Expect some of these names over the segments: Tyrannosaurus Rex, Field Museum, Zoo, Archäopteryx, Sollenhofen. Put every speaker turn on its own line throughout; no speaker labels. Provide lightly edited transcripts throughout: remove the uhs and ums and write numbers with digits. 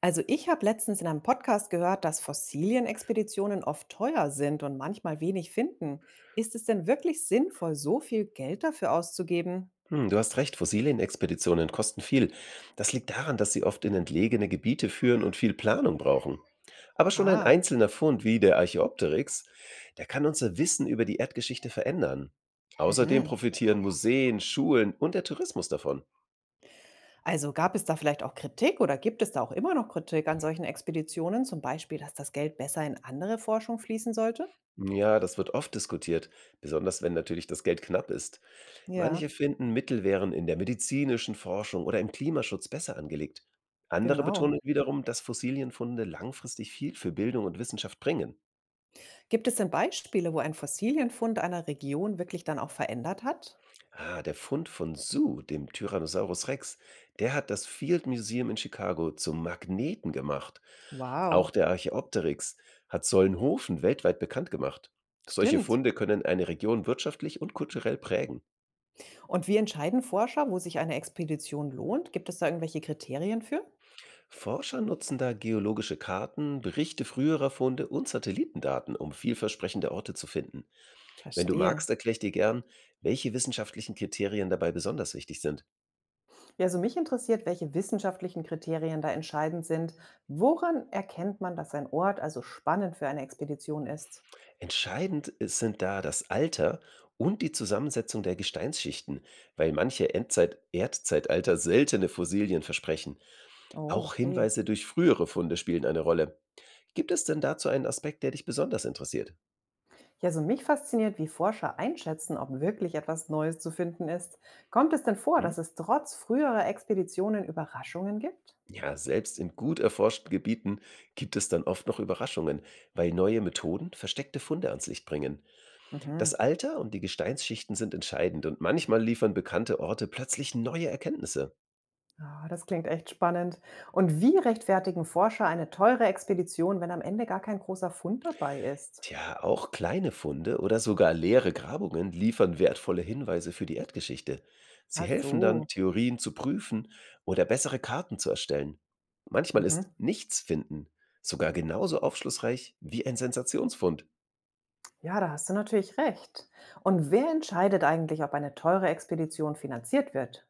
Also ich habe letztens in einem Podcast gehört, dass Fossilienexpeditionen oft teuer sind und manchmal wenig finden. Ist es denn wirklich sinnvoll, so viel Geld dafür auszugeben?
Hm, du hast recht, Fossilienexpeditionen kosten viel. Das liegt daran, dass sie oft in entlegene Gebiete führen und viel Planung brauchen. Aber schon ein
Ah,
einzelner Fund wie der Archäopteryx, der kann unser Wissen über die Erdgeschichte verändern. Außerdem
mhm.
profitieren Museen, Schulen und der Tourismus davon.
Also gab es da vielleicht auch Kritik oder gibt es da auch immer noch Kritik an solchen Expeditionen, zum Beispiel, dass das Geld besser in andere Forschung fließen sollte?
Ja, das wird oft diskutiert, besonders wenn natürlich das Geld knapp ist.
Ja,
Manche finden, Mittel wären in der medizinischen Forschung oder im Klimaschutz besser angelegt. Andere
genau.
betonen wiederum, dass Fossilienfunde langfristig viel für Bildung und Wissenschaft bringen.
Gibt es denn Beispiele, wo ein Fossilienfund einer Region wirklich dann auch verändert hat?
Ah, der Fund von Zoo, dem Tyrannosaurus Rex, der hat das Field Museum in Chicago zum Magneten gemacht. Auch
Wow,
der Archäopteryx hat Sollenhofen weltweit bekannt gemacht. Solche
stimmt.
Funde können eine Region wirtschaftlich und kulturell prägen.
Und wie entscheiden Forscher, wo sich eine Expedition lohnt? Gibt es da irgendwelche Kriterien für?
Forscher nutzen da geologische Karten, Berichte früherer Funde und Satellitendaten, um vielversprechende Orte zu finden. Wenn du
Verstehe.
magst, erkläre ich dir gern, welche wissenschaftlichen Kriterien dabei besonders wichtig sind.
Ja, also mich interessiert, welche wissenschaftlichen Kriterien da entscheidend sind. Woran erkennt man, dass ein Ort also spannend für eine Expedition ist?
Sind da das Alter und die Zusammensetzung der Gesteinsschichten, weil manche Endzeit Erdzeitalter seltene Fossilien versprechen.
Oh,
Auch
okay.
Hinweise durch frühere Funde spielen eine Rolle. Gibt es denn dazu einen Aspekt, der dich besonders interessiert?
Ja, also mich fasziniert, wie Forscher einschätzen, ob wirklich etwas Neues zu finden ist. Kommt es denn vor,
Hm?
dass es trotz früherer Expeditionen Überraschungen gibt?
Ja, selbst in gut erforschten Gebieten gibt es dann oft noch Überraschungen, weil neue Methoden versteckte Funde ans Licht bringen. Das
Mhm.
Alter und die Gesteinsschichten sind entscheidend und manchmal liefern bekannte Orte plötzlich neue Erkenntnisse.
Ah, das klingt echt spannend. Und wie rechtfertigen Forscher eine teure Expedition, wenn am Ende gar kein großer Fund dabei ist?
Tja, auch kleine Funde oder sogar leere Grabungen liefern wertvolle Hinweise für die Erdgeschichte. Sie
Ach
helfen
so.
dann, Theorien zu prüfen oder bessere Karten zu erstellen. Manchmal ist
Mhm.
nichts finden sogar genauso aufschlussreich wie ein Sensationsfund.
Ja, da hast du natürlich recht. Und wer entscheidet eigentlich, ob eine teure Expedition finanziert wird?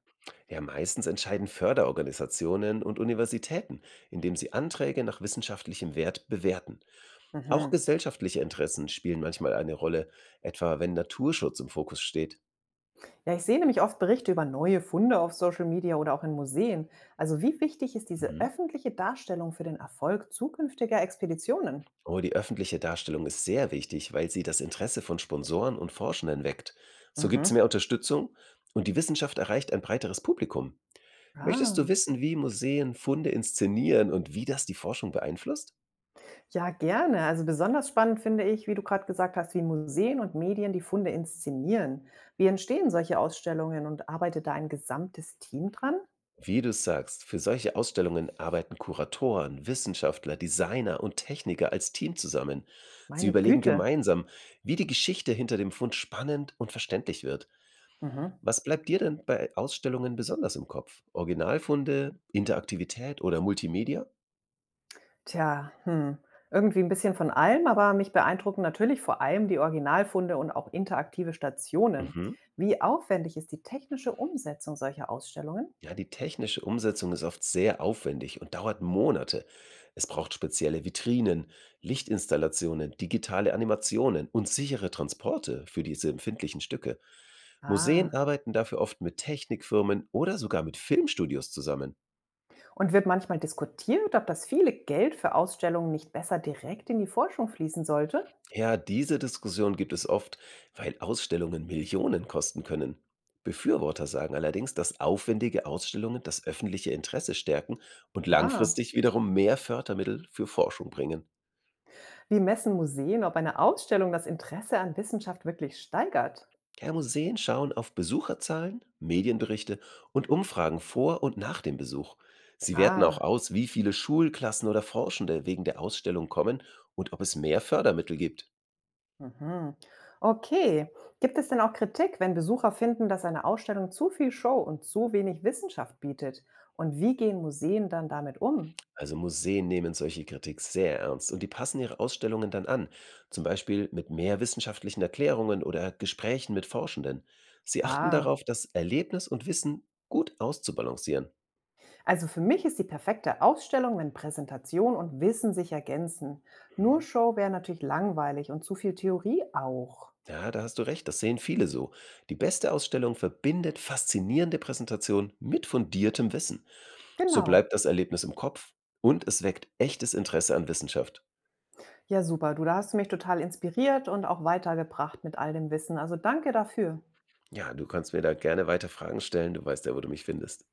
Ja, meistens entscheiden Förderorganisationen und Universitäten, indem sie Anträge nach wissenschaftlichem Wert bewerten. Auch
Mhm.
gesellschaftliche Interessen spielen manchmal eine Rolle, etwa wenn Naturschutz im Fokus steht.
Ja, ich sehe nämlich oft Berichte über neue Funde auf Social Media oder auch in Museen. Also wie wichtig ist diese
Mhm.
öffentliche Darstellung für den Erfolg zukünftiger Expeditionen?
Oh, die öffentliche Darstellung ist sehr wichtig, weil sie das Interesse von Sponsoren und Forschenden weckt. So gibt es
Mhm.
mehr Unterstützung und die Wissenschaft erreicht ein breiteres Publikum. Möchtest du
Ah.
wissen, wie Museen Funde inszenieren und wie das die Forschung beeinflusst?
Ja, gerne. Also besonders spannend finde ich, wie du gerade gesagt hast, wie Museen und Medien die Funde inszenieren. Wie entstehen solche Ausstellungen und arbeitet da ein gesamtes Team dran?
Wie du sagst, für solche Ausstellungen arbeiten Kuratoren, Wissenschaftler, Designer und Techniker als Team zusammen. Sie
Meine
überlegen
Güte.
gemeinsam, wie die Geschichte hinter dem Fund spannend und verständlich wird.
Mhm.
Was bleibt dir denn bei Ausstellungen besonders im Kopf? Originalfunde, Interaktivität oder Multimedia?
Tja, hm. Irgendwie ein bisschen von allem, aber mich beeindrucken natürlich vor allem die Originalfunde und auch interaktive Stationen.
Mhm.
Wie aufwendig ist die technische Umsetzung solcher Ausstellungen?
Ja, die technische Umsetzung ist oft sehr aufwendig und dauert Monate. Es braucht spezielle Vitrinen, Lichtinstallationen, digitale Animationen und sichere Transporte für diese empfindlichen Stücke. Museen
Ah,
arbeiten dafür oft mit Technikfirmen oder sogar mit Filmstudios zusammen.
und wird manchmal diskutiert, ob das viele Geld für Ausstellungen nicht besser direkt in die Forschung fließen sollte?
Ja, diese Diskussion gibt es oft, weil Ausstellungen Millionen kosten können. Befürworter sagen allerdings, dass aufwendige Ausstellungen das öffentliche Interesse stärken und
Ah.
langfristig wiederum mehr Fördermittel für Forschung bringen.
Wie messen Museen, ob eine Ausstellung das Interesse an Wissenschaft wirklich steigert?
Ja, Museen schauen auf Besucherzahlen, Medienberichte und Umfragen vor und nach dem Besuch. Sie werten auch
Ah,
aus, wie viele Schulklassen oder Forschende wegen der Ausstellung kommen und ob es mehr Fördermittel gibt.
mhm, okay. Gibt es denn auch Kritik, wenn Besucher finden, dass eine Ausstellung zu viel Show und zu wenig Wissenschaft bietet? Und wie gehen Museen dann damit um?
Also Museen nehmen solche Kritik sehr ernst und die passen ihre Ausstellungen dann an, zum Beispiel mit mehr wissenschaftlichen Erklärungen oder Gesprächen mit Forschenden. Sie achten
Ah,
darauf, das Erlebnis und Wissen gut auszubalancieren.
also für mich ist die perfekte Ausstellung, wenn Präsentation und Wissen sich ergänzen. Nur
Mhm.
Show wäre natürlich langweilig und zu viel Theorie auch.
Ja, da hast du recht, das sehen viele so. Die beste Ausstellung verbindet faszinierende Präsentation mit fundiertem Wissen. So
Genau.
bleibt das Erlebnis im Kopf und es weckt echtes Interesse an Wissenschaft.
Ja, super. Du, da hast du mich total inspiriert und auch weitergebracht mit all dem Wissen. Also danke dafür.
Ja, du kannst mir da gerne weiter Fragen stellen, du weißt ja, wo du mich findest.